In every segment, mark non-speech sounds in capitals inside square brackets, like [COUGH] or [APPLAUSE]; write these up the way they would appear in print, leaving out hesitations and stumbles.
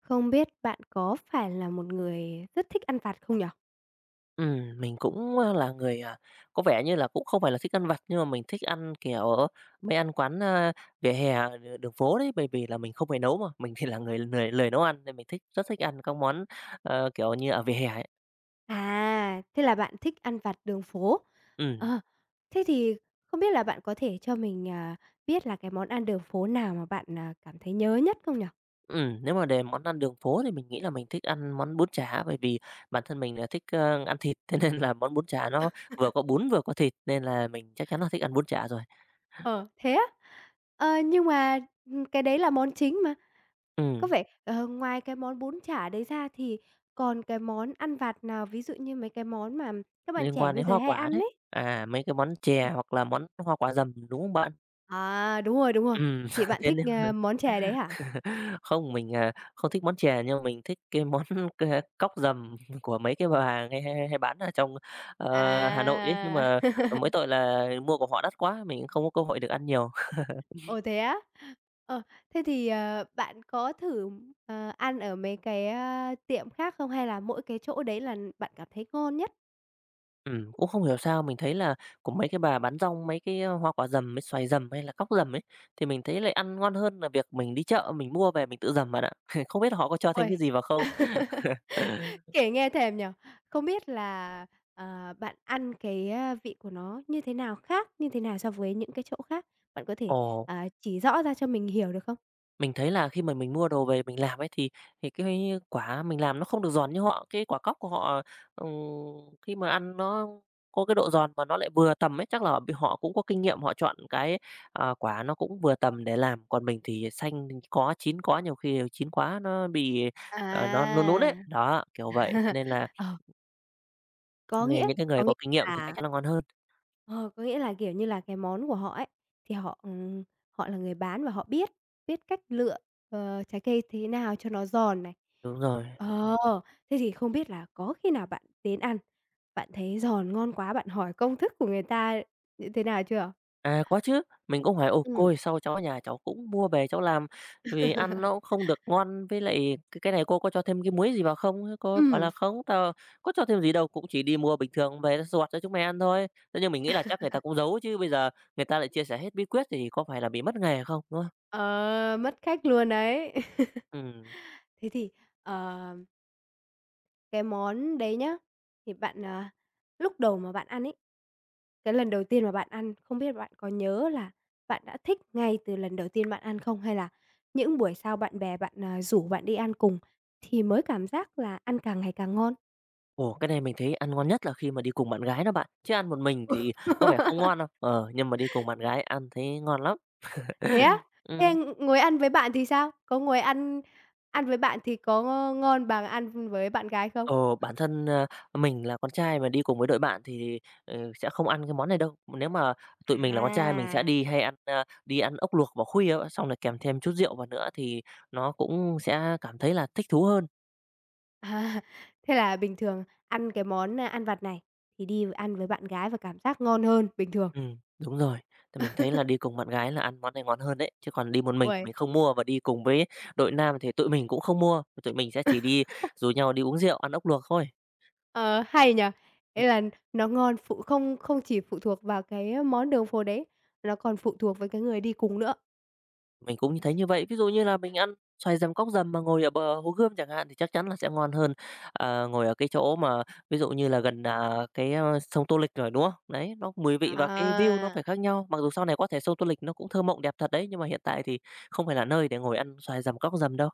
Không biết bạn có phải là một người rất thích ăn vặt không nhỉ? Mình cũng, ơ, là người, à, có vẻ như là cũng không phải là thích ăn vặt, nhưng mà mình thích ăn, mấy ăn quán, vỉa hè, đường phố đấy, bởi vì là mình không phải nấu mà, mình thì là người lười lười nấu ăn nên mình rất thích ăn các món, ở vỉa hè ấy. À, thế là bạn thích ăn vặt đường phố. Ừ, Ờ, thế thì không biết là bạn có thể cho mình, biết là cái món ăn đường phố nào mà bạn, cảm thấy nhớ nhất không nhỉ? Nếu mà để món ăn đường phố thì mình nghĩ là mình thích ăn món bún chả, bởi vì bản thân mình là thích, ăn thịt, [LAUGHS] thế nên là món bún chả nó vừa có bún vừa có thịt nên là mình chắc chắn là thích ăn bún chả rồi. Ờ, thế á? Ờ, nhưng mà, cái đấy là món chính mà. Ừ, Có vẻ, ngoài cái món bún chả đấy ra thì còn cái món ăn vặt nào, ví dụ như mấy cái món mà các bạn liên trẻ quan bây đến giờ hoa hay quả ăn đấy, ấy? Mấy cái món chè hoặc là món hoa quả dầm, đúng không bạn? À, đúng rồi, đúng rồi. Ừm, Thì [LAUGHS] bạn thế thích, nên món chè đấy hả? [LAUGHS] không, mình không thích món chè nhưng mà mình thích cái món [LAUGHS] cái cóc dầm của mấy cái bà hàng hay hay hay bán ở trong, Hà Nội ấy, nhưng À. mà, ờ, [LAUGHS] mỗi tội là mua của họ đắt quá, mình cũng không có cơ hội được ăn nhiều. [LAUGHS] Ồ, thế á? Ờ, thế thì, bạn có thử, ăn ở mấy cái, tiệm khác không? Hay là mỗi cái chỗ đấy là bạn cảm thấy ngon nhất? Cũng không hiểu sao mình thấy là của mấy cái bà bán rong mấy cái hoa quả dầm, mấy xoài dầm hay là cóc dầm ấy, thì mình thấy lại ăn ngon hơn là việc mình đi chợ mình mua về mình tự dầm bạn ạ. [LAUGHS] Không biết là họ có cho thêm cái Uầy, gì vào không? [LAUGHS] [LAUGHS] kể nghe thèm nhở. Không biết là, bạn ăn cái, vị của nó như thế nào khác, như thế nào so với những cái chỗ khác? Bạn có thể, Ồ. Chỉ rõ ra cho mình hiểu được không? Mình thấy là khi mà mình mua đồ về mình làm ấy thì cái quả mình làm nó không được giòn như họ, cái quả cóc của họ, ừm, khi mà ăn nó có cái độ giòn mà nó lại vừa tầm ấy, chắc là họ bị họ cũng có kinh nghiệm họ chọn cái, quả nó cũng vừa tầm để làm, còn mình thì xanh có, chín có, nhiều khi chín quá nó bị, nó nún nún À. ấy, đó, kiểu vậy. Cho [LAUGHS] Ờ. Nên là những cái người có nghĩa có kinh nghiệm thì chắc là chắn là ngon hơn. ờ, có nghĩa là, kiểu như là, cái món của họ ấy, thì họ, họ là người bán và họ biết biết cách lựa, trái cây thế nào cho nó giòn này. Đúng rồi. Ờ, thế thì không biết là có khi nào bạn đến ăn, bạn thấy giòn ngon quá, bạn hỏi công thức của người ta như thế nào chưa? À, có chứ, mình cũng hỏi: "Ồ, cô Ừm. ơi, sao cháu ở nhà cháu cũng mua về cháu làm vì ăn nó cũng không được ngon, với lại cái này cô có cho thêm cái muối gì vào không?" Thế cô ấy bảo là Ừm, "Không, tao có cho thêm gì đâu, cũng chỉ đi mua bình thường về tao giọt cho chúng mày ăn thôi." Thế nhưng mình nghĩ là chắc người ta cũng giấu chứ bây giờ người ta lại chia sẻ hết bí quyết thì có phải là bị mất nghề không, đúng không? ờ, mất khách luôn đấy. [LAUGHS] Ừm. Thế thì, ờ, cái món đấy nhá, thì bạn, lúc đầu mà bạn ăn ấy. Cái lần đầu tiên mà bạn ăn, không biết bạn có nhớ là bạn đã thích ngay từ lần đầu tiên bạn ăn không? Hay là những buổi sau bạn bè bạn, rủ bạn đi ăn cùng thì mới cảm giác là ăn càng ngày càng ngon? Ồ, cái này mình thấy ăn ngon nhất là khi mà đi cùng bạn gái đó bạn, chứ ăn một mình thì có vẻ không ngon đâu. [LAUGHS] Ờ, nhưng mà đi cùng bạn gái ăn thấy ngon lắm. Thế á? [LAUGHS] Ừm. Thế ngồi ăn với bạn thì sao? Có ngồi ăn ăn với bạn thì có ngon bằng ăn với bạn gái không? Ờ, bản thân mình là con trai mà đi cùng với đội bạn thì, ừ, sẽ không ăn cái món này đâu. Nếu mà tụi mình là con trai mình sẽ À. [LAUGHS] Đi ăn ốc luộc vào khuya á, xong rồi kèm thêm chút rượu vào nữa thì nó cũng sẽ cảm thấy là thích thú hơn. À, thế là bình thường ăn cái món, ăn vặt này thì đi ăn với bạn gái và cảm giác ngon hơn bình thường. Đúng rồi, thì mình thấy là đi cùng bạn gái là ăn món này ngon hơn đấy, chứ còn đi một mình thì mình Ui. không mua và đi cùng với đội nam thì tụi mình cũng không mua, tụi mình sẽ chỉ đi rủ nhau đi uống rượu, ăn ốc luộc thôi. Ờ, hay nhỉ? Ừ. Ý là nó ngon phụ không không chỉ phụ thuộc vào cái món đường phố đấy, nó còn phụ thuộc với cái người đi cùng nữa. Mình cũng thấy như vậy. Ví dụ như là mình ăn xoài dầm cóc dầm mà ngồi ở bờ Hồ Gươm chẳng hạn thì chắc chắn là sẽ ngon hơn, ờ, ngồi ở cái chỗ mà ví dụ như là gần sông Tô Lịch rồi, đúng không? Đấy, nó mùi vị và cái view nó À, phải khác nhau. Mặc dù sau này có thể sông Tô Lịch nó cũng thơ mộng đẹp thật đấy, nhưng mà hiện tại thì không phải là nơi để ngồi ăn xoài dầm cóc dầm đâu.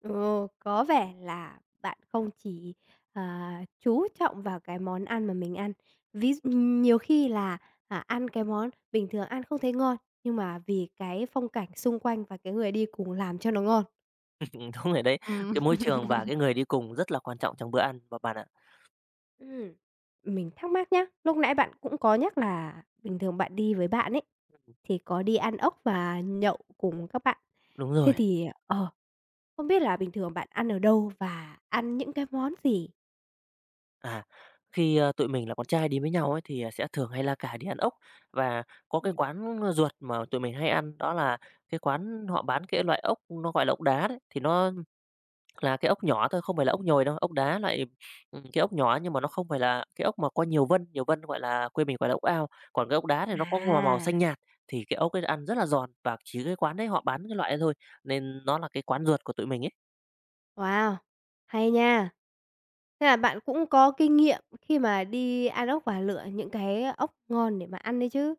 ừ, có vẻ là bạn không chỉ, chú trọng vào cái món ăn mà mình ăn. Ví d nhiều khi là, ăn cái món bình thường ăn không thấy ngon, nhưng mà vì cái phong cảnh xung quanh và cái người đi cùng làm cho nó ngon. [LAUGHS] Đúng rồi đấy. Cái Ừm. môi trường và cái người đi cùng rất là quan trọng trong bữa ăn và bạn ạ. Ừm, mình thắc mắc nhá, lúc nãy bạn cũng có nhắc là bình thường bạn đi với bạn ấy, thì có đi ăn ốc và nhậu cùng các bạn. Đúng Thế rồi. thì, ờ, không biết là bình thường bạn ăn ở đâu và ăn những cái món gì? À, khi tụi mình là con trai đi với nhau ấy, thì sẽ thường hay la cà đi ăn ốc. Và có cái Ừm. quán, ờ, ruột mà tụi mình hay ăn đó là cái quán họ bán cái loại ốc nó gọi là ốc đá đấy, thì nó là cái ốc nhỏ thôi, không phải là ốc nhồi đâu, ốc đá loại, cái ốc nhỏ nhưng mà nó không phải là cái ốc mà có nhiều vân, gọi là quê mình gọi là ốc ao. Còn cái ốc đá thì nó có mà màu À, xanh nhạt, thì cái ốc ấy ăn rất là giòn và chỉ cái quán đấy họ bán cái loại ấy thôi, nên nó là cái quán ruột của tụi mình ấy. wow, hay nha. Thế là bạn cũng có kinh nghiệm khi mà đi ăn ốc và lựa những cái ốc ngon để mà ăn đấy chứ?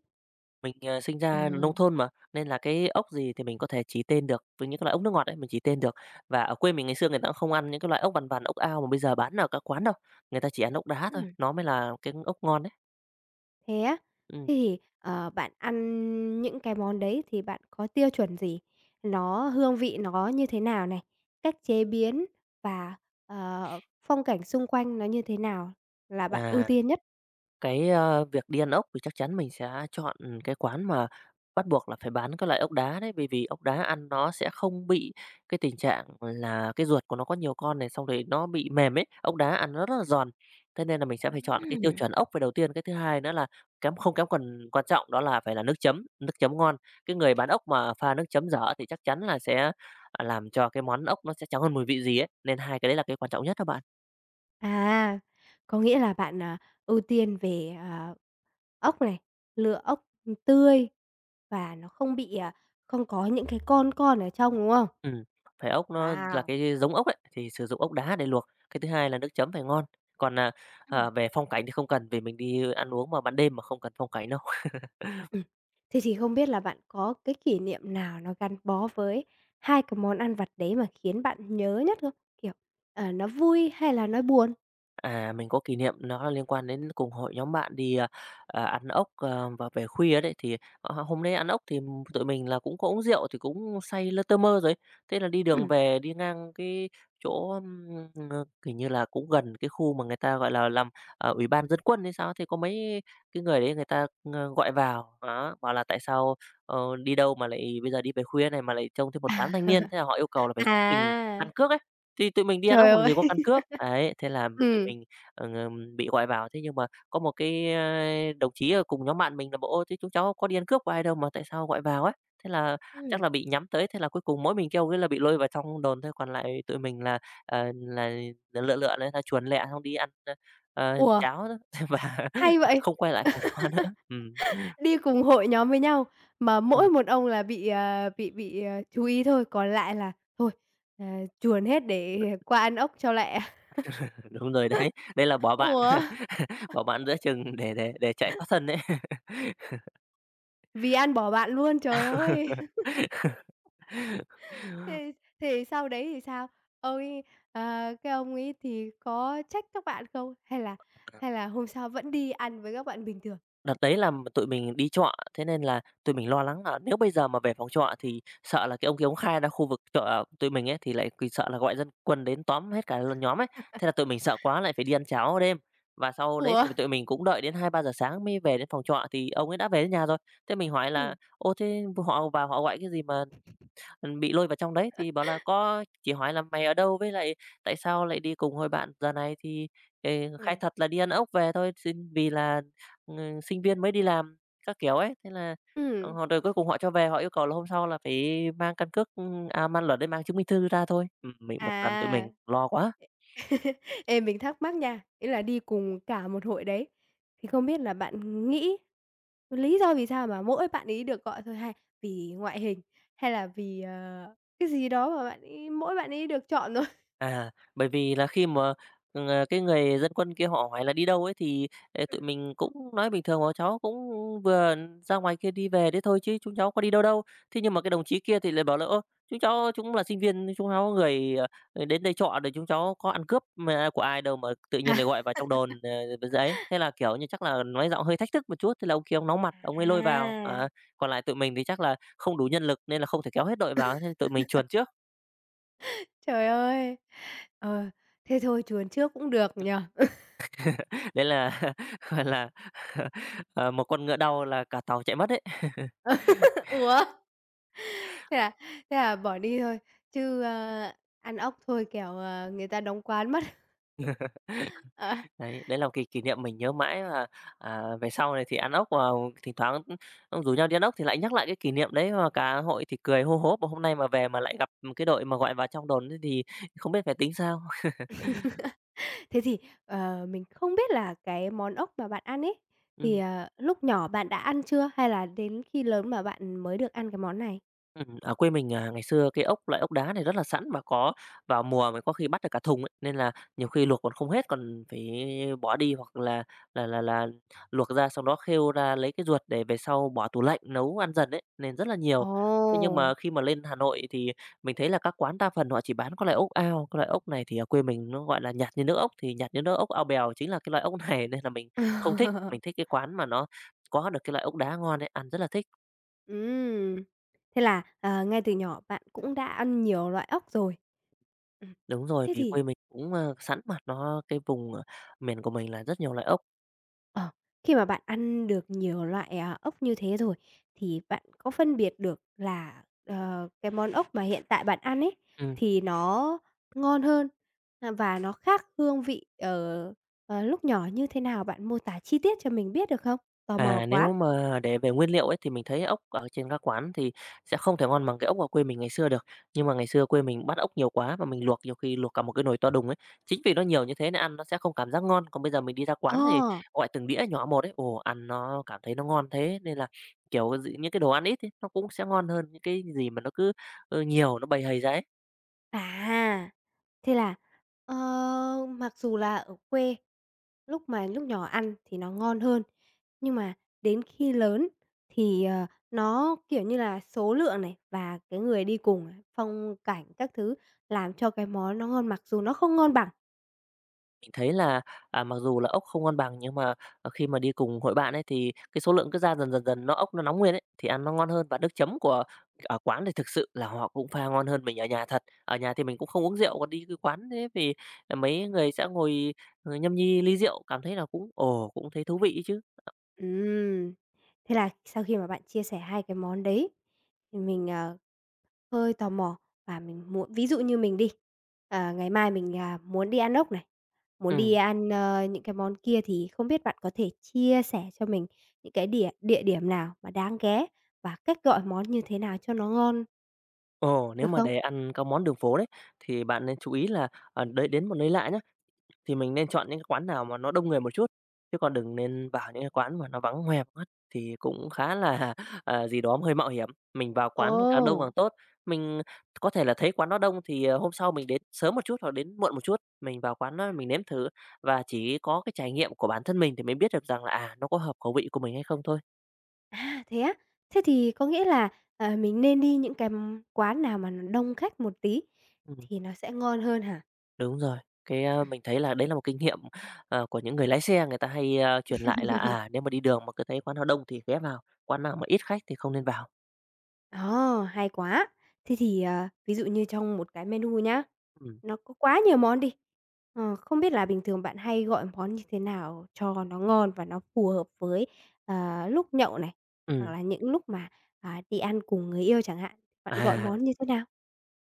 Mình, ờ, sinh ra nông Ừm. thôn mà, nên là cái ốc gì thì mình có thể chỉ tên được, với những cái loại ốc nước ngọt ấy, mình chỉ tên được. Và ở quê mình ngày xưa người ta cũng không ăn những cái loại ốc vằn vằn, ốc ao mà bây giờ bán ở các quán đâu, người ta chỉ ăn ốc đá thôi, Ừm. nó mới là cái ốc ngon đấy. Thế á? Ừm, Thế thì, bạn ăn những cái món đấy thì bạn có tiêu chuẩn gì? Nó hương vị nó như thế nào này? Cách chế biến và, ờ, phong cảnh xung quanh nó như thế nào là bạn ưu à. tiên nhất? Việc đi ăn ốc thì chắc chắn mình sẽ chọn ừ, cái quán mà bắt buộc là phải bán các loại ốc đá đấy, bởi vì ốc đá ăn nó sẽ không bị cái tình trạng là cái ruột của nó có nhiều con này, xong rồi nó bị mềm ấy, ốc đá ăn nó rất là giòn. Thế nên là mình sẽ phải chọn cái tiêu Ừm. chuẩn ốc về đầu tiên, cái thứ hai nữa là không kém phần quan trọng đó là phải là nước chấm ngon. Cái người bán ốc mà pha nước chấm dở thì chắc chắn là sẽ làm cho cái món ốc nó sẽ chẳng còn mùi vị gì ấy, nên hai cái đấy là cái quan trọng nhất đó bạn. À, có nghĩa là bạn, ưu tiên về, ốc này, lựa ốc, tươi và nó không bị, không có những cái con ở trong, đúng không? Ừm, phải ốc nó là Wow! cái giống ốc ấy, thì sử dụng ốc đá để luộc. Cái thứ hai là nước chấm phải ngon. Còn về phong cảnh thì không cần, vì mình đi ăn uống mà ban đêm mà không cần phong cảnh đâu. Ừm. Thế thì không biết là bạn có cái kỷ niệm nào nó gắn bó với hai cái món ăn vặt đấy mà khiến bạn nhớ nhất không? Kiểu, nó vui hay là nó buồn? À, mình có kỷ niệm nó là liên quan đến cùng hội nhóm bạn đi ăn ốc, ờ, và về khuya đấy, thì, ờ, hôm nay ăn ốc thì tụi mình là cũng có uống rượu thì cũng say lơ tơ mơ rồi ấy. Thế là đi đường Ừm. về đi ngang cái chỗ, ưm, ờ, kiểu như là, cũng gần cái khu mà người ta, gọi là làm ủy ban dân quân hay sao thì có mấy cái người đấy người ta gọi vào, đó, bảo là "Tại sao, ờ, đi đâu mà lại bây giờ đi về khuya này mà lại trông thấy một đám thanh niên?" Thế là họ yêu cầu là phải xuất trình À, à, căn cước ấy. Thì tụi mình đi ăn ốc trời làm gì ơi! có căn cước, đấy, thế là Ừm. tụi Ừm. mình, ờ, ng bị gọi vào. Thế nhưng mà có một đồng chí ở cùng nhóm bạn mình là bảo: "Ôi, thế chúng cháu có đi ăn cướp của ai đâu mà tại sao gọi vào" ấy. Thế là chắc [LAUGHS] là bị nhắm tới, thế là cuối cùng mỗi mình kêu cái là bị lôi vào trong đồn thôi, còn lại tụi mình là là lựa lựa đấy, là chuồn lẹ xong đi ăn Ủa, cháo đó [LAUGHS] và hay vậy! không quay lại phòng trọ nữa. Đi cùng hội nhóm với nhau mà ừm, mỗi một ông là bị, ờ, chú ý thôi, còn lại là thôi, ờ, chuồn hết để qua ăn ốc cho lẹ. Đúng rồi đấy, đây là bỏ bạn Ủa? [LAUGHS] bỏ bạn giữa chừng để chạy thoát thân đấy. Vì ăn bỏ bạn luôn, trời ơi! [LAUGHS] Thế thế sau đấy thì sao? Ông ấy cái ông ấy thì có trách các bạn không? Hay là hôm sau vẫn đi ăn với các bạn bình thường? Đợt đấy là tụi mình đi trọ, thế nên là tụi mình lo lắng là nếu bây giờ mà về phòng trọ thì sợ là cái ông kia ông khai ra khu vực trọ tụi mình ấy, thì lại quỳ sợ là gọi dân quân đến tóm hết cả nhóm ấy. Thế là tụi mình sợ quá lại phải đi ăn cháo đêm. Và sau đấy Ủa? thì tụi mình cũng đợi đến 2 3 giờ sáng mới về đến phòng trọ thì ông ấy đã về đến nhà rồi. Thế mình hỏi là Ừm, "Ô, thế họ vào họ gọi cái gì mà bị lôi vào trong đấy, thì bảo là có chỉ hỏi là "Mày ở đâu? Với lại tại sao lại đi cùng hội bạn giờ này?" Thì, ờ, khai ừm, thật là đi ăn ốc về thôi, xin vì là, ừ, sinh viên mới đi làm các kiểu ấy, thế là, ừm. họ rồi cuối cùng họ cho về, họ yêu cầu là hôm sau là phải mang căn cước, mang luật đấy, mang chứng minh thư ra thôi. Mình một làm tụi mình À, lo quá. ê, mình thắc mắc nha, ý là đi cùng cả một hội đấy, thì không biết là bạn nghĩ lý do vì sao mà mỗi bạn ấy được gọi thôi? Hay vì ngoại hình, hay là vì, cái gì đó mà bạn ấy mỗi bạn ấy được chọn thôi? À, bởi vì là khi mà, cái người dân quân kia họ hỏi là đi đâu ấy, thì, tụi Ừm. mình cũng nói bình thường: "Ờ, cháu cũng vừa ra ngoài kia đi về đấy thôi chứ chúng cháu có đi đâu đâu." Thế nhưng mà cái đồng chí kia thì lại bảo là "Ơ, chúng cháu chúng là sinh viên, chúng cháu người, đến đây trọ rồi chúng cháu có ăn cướp mà của ai đâu mà tự nhiên lại gọi vào trong đồn, ấy." Thế là, kiểu như, chắc là nói giọng hơi thách thức một chút, thế là ông kia ông nóng mặt, ông ấy lôi vào. À, À, còn lại tụi mình thì chắc là không đủ nhân lực nên là không thể kéo hết đội vào, thế nên tụi mình chuồn trước. trời ơi! Ờ, thế thôi chuồn trước cũng được nhỉ? Đấy là, [LAUGHS] gọi là, [LAUGHS] ờ, một con ngựa đau là cả tàu chạy mất ấy. [LAUGHS] Ủa? Thế là thế là bỏ đi thôi, chứ, ăn ốc thôi kẻo, người ta đóng quán mất. [LAUGHS] Ờ, Đấy, đấy là một kỷ kỷ niệm mình nhớ mãi và, à, về sau này thì ăn ốc vào thỉnh thoảng, rủ nhau đi ăn ốc thì lại nhắc lại cái kỷ niệm đấy và cả hội thì cười hô hố, mà hôm nay mà về mà lại gặp, cái đội mà gọi vào trong đồn thế thì không biết phải tính sao. [LAUGHS] thế thì, mình không biết là cái món ốc mà bạn ăn ấy, Ừm. thì, lúc nhỏ bạn đã ăn chưa? Hay là đến khi lớn mà bạn mới được ăn cái món này? Ở quê mình, à, ngày xưa cái ốc loại ốc đá này rất là sẵn và có vào mùa mới có khi bắt được cả thùng ấy, nên là nhiều khi luộc còn không hết còn phải bỏ đi hoặc là là luộc ra xong đó khêu ra lấy cái ruột để về sau bỏ tủ lạnh nấu ăn dần ấy, nên rất là nhiều. Thế nhưng mà Ồ! khi mà lên Hà Nội thì mình thấy là các quán đa phần họ chỉ bán cái loại ốc ao, cái loại ốc này thì ở quê mình nó gọi là nhạt như nước ốc, thì nhạt như nước ốc ao bèo chính là cái loại ốc này [LAUGHS] nên là mình không thích. [LAUGHS] Mình thích cái quán mà nó có được cái loại ốc đá ngon ấy, ăn rất là thích. Ừm. Thế là, ngay từ nhỏ bạn cũng đã ăn nhiều loại ốc rồi. Ừm. Đúng rồi, Thế vì thì quê mình cũng, ơ, sẵn mặt nó cái vùng, miền của mình là rất nhiều loại ốc. ờ, khi mà bạn ăn được nhiều loại, ốc như thế rồi, thì bạn có phân biệt được là, cái món ốc mà hiện tại bạn ăn ấy, Ừm, thì nó ngon hơn, và nó khác hương vị, ở lúc nhỏ như thế nào? Bạn mô tả chi tiết cho mình biết được không? Tò mò à, quá. nếu mà để về nguyên liệu ấy thì mình thấy ốc ở trên các quán thì sẽ không thể ngon bằng cái ốc ở quê mình ngày xưa được. Nhưng mà ngày xưa quê mình bắt ốc nhiều quá và mình luộc nhiều khi luộc cả một cái nồi to đùng ấy. Chính vì nó nhiều như thế nên ăn nó sẽ không cảm giác ngon, còn bây giờ mình đi ra quán thì Ờ. gọi từng đĩa nhỏ một ấy, ồ, ăn nó cảm thấy nó ngon thế nên là, kiểu, d những cái đồ ăn ít ấy, nó cũng sẽ ngon hơn những cái gì mà nó cứ, ơ, nhiều, nó bầy hầy ra ấy. À, thế là, ờ, mặc dù là ở quê lúc mà lúc nhỏ ăn thì nó ngon hơn, nhưng mà đến khi lớn thì, nó, kiểu như là, số lượng này và cái người đi cùng, phong cảnh các thứ làm cho cái món nó ngon mặc dù nó không ngon bằng. Mình thấy là, à, mặc dù là ốc không ngon bằng nhưng mà, khi mà đi cùng hội bạn ấy, thì cái số lượng cứ ra dần dần dần nó ốc nó nóng nguyên ấy, thì ăn nó ngon hơn. Và nước chấm của ở quán thì thực sự là họ cũng pha ngon hơn mình ở nhà thật. Ở nhà thì mình cũng không uống rượu, còn đi cái quán thế thì, à, mấy người sẽ ngồi, nhâm nhi ly rượu, cảm thấy là cũng ồ, cũng thấy thú vị chứ. Ừm, thế là sau khi mà bạn chia sẻ hai cái món đấy thì mình, ờ, hơi tò mò và mình muốn ví dụ như mình đi, ngày mai mình, muốn đi ăn ốc này, muốn đi Ừm, ăn, những cái món kia thì không biết bạn có thể chia sẻ cho mình những cái địa địa điểm nào mà đáng ghé và cách gọi món như thế nào cho nó ngon, ồ, nếu được mà không? để ăn các món đường phố đấy, thì bạn nên chú ý là, đấy đến một nơi lạ nhé. Thì mình nên chọn những cái quán nào mà nó đông người một chút, chứ còn đừng nên vào những cái quán mà nó vắng hoe một thì cũng khá là, [LAUGHS] à, gì đó hơi mạo hiểm. Mình vào quán càng đông càng Ồ! tốt, mình có thể là thấy quán nó đông thì, hôm sau mình đến sớm một chút hoặc đến muộn một chút, mình vào quán đó mình nếm thử và chỉ có cái trải nghiệm của bản thân mình thì mới biết được rằng là, à, nó có hợp khẩu vị của mình hay không thôi. À, thế á? Thế thì có nghĩa là, mình nên đi những cái, quán nào mà nó đông khách một tí Ừm, thì nó sẽ ngon hơn hả? đúng rồi, cái, a, mình thấy là đấy là một kinh nghiệm, của những người lái xe người ta hay, a, truyền lại là, à, [LAUGHS] nếu mà đi đường mà cứ thấy quán nào đông thì ghé vào, quán nào mà ít khách thì không nên vào. Ờ, hay quá! Thế thì, ví dụ như trong một cái menu nhá, Ừ. nó có quá nhiều món đi, không biết là bình thường bạn hay gọi món như thế nào cho nó ngon và nó phù hợp với, lúc nhậu này, hoặc Ừ. là những lúc mà, đi ăn cùng người yêu chẳng hạn, bạn gọi À, món như thế nào?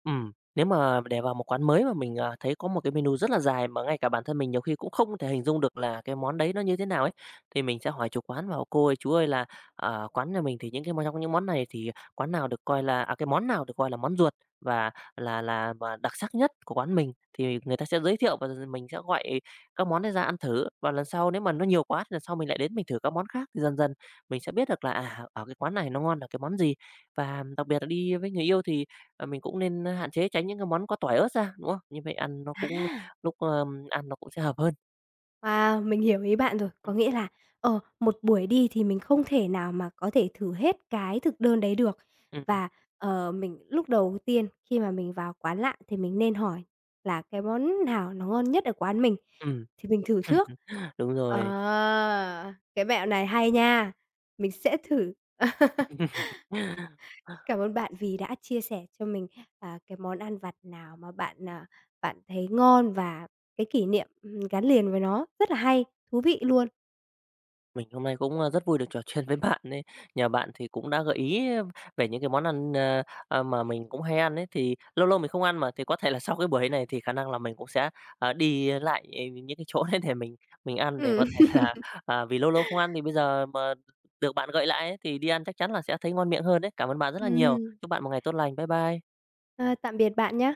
ừm, nếu mà để vào một quán mới mà mình, à, thấy có một cái menu rất là dài mà ngay cả bản thân mình nhiều khi cũng không thể hình dung được là cái món đấy nó như thế nào ấy, thì mình sẽ hỏi chủ quán vào "Cô ơi, chú ơi là, quán nhà mình thì những cái món trong những món này thì quán nào được coi là à, cái món nào được coi là món ruột và là mà đặc sắc nhất của quán mình?" Thì người ta sẽ giới thiệu và mình sẽ gọi các món đấy ra ăn thử. Và lần sau nếu mà nó nhiều quá thì lần sau mình lại đến mình thử các món khác, thì dần dần mình sẽ biết được là, à, ở cái quán này nó ngon là cái món gì. Và đặc biệt là đi với người yêu thì ờ, mình cũng nên, hạn chế tránh những cái món có tỏi ớt ra, đúng không? Như vậy ăn nó cũng lúc, ăn nó cũng sẽ hợp hơn. Wow, mình hiểu ý bạn rồi. Có nghĩa là, một buổi đi thì mình không thể nào mà có thể thử hết cái thực đơn đấy được. Ừm, ừm, Và, mình lúc đầu tiên khi mà mình vào quán lạ thì mình nên hỏi là cái món nào nó ngon nhất ở quán mình ừm, thì mình thử trước. đúng Ờ, rồi. cái mẹo này hay nha, mình sẽ thử. [LAUGHS] [LAUGHS] Cảm ơn bạn vì đã chia sẻ cho mình, cái món ăn vặt nào mà bạn, bạn thấy ngon và cái kỷ niệm, gắn liền với nó. Rất là hay, thú vị luôn. Mình hôm nay cũng, a, rất vui được trò chuyện với [LAUGHS] bạn ấy. Nhờ bạn thì cũng đã gợi ý về những cái món ăn, mà mình cũng hay ăn ấy, thì lâu lâu mình không ăn mà, thì có thể là [LAUGHS] sau cái buổi này thì khả năng là mình cũng sẽ, đi lại, những cái chỗ đấy để mình ăn để có Ừm. thể [LAUGHS] là à, vì lâu lâu không ăn thì bây giờ mà được bạn gợi lại ấy, thì đi ăn chắc chắn là sẽ thấy ngon miệng hơn đấy. Cảm ơn bạn rất là nhiều. Ừm. Chúc bạn một ngày tốt lành. Bye bye. Ờ, [LAUGHS] tạm biệt bạn nhé.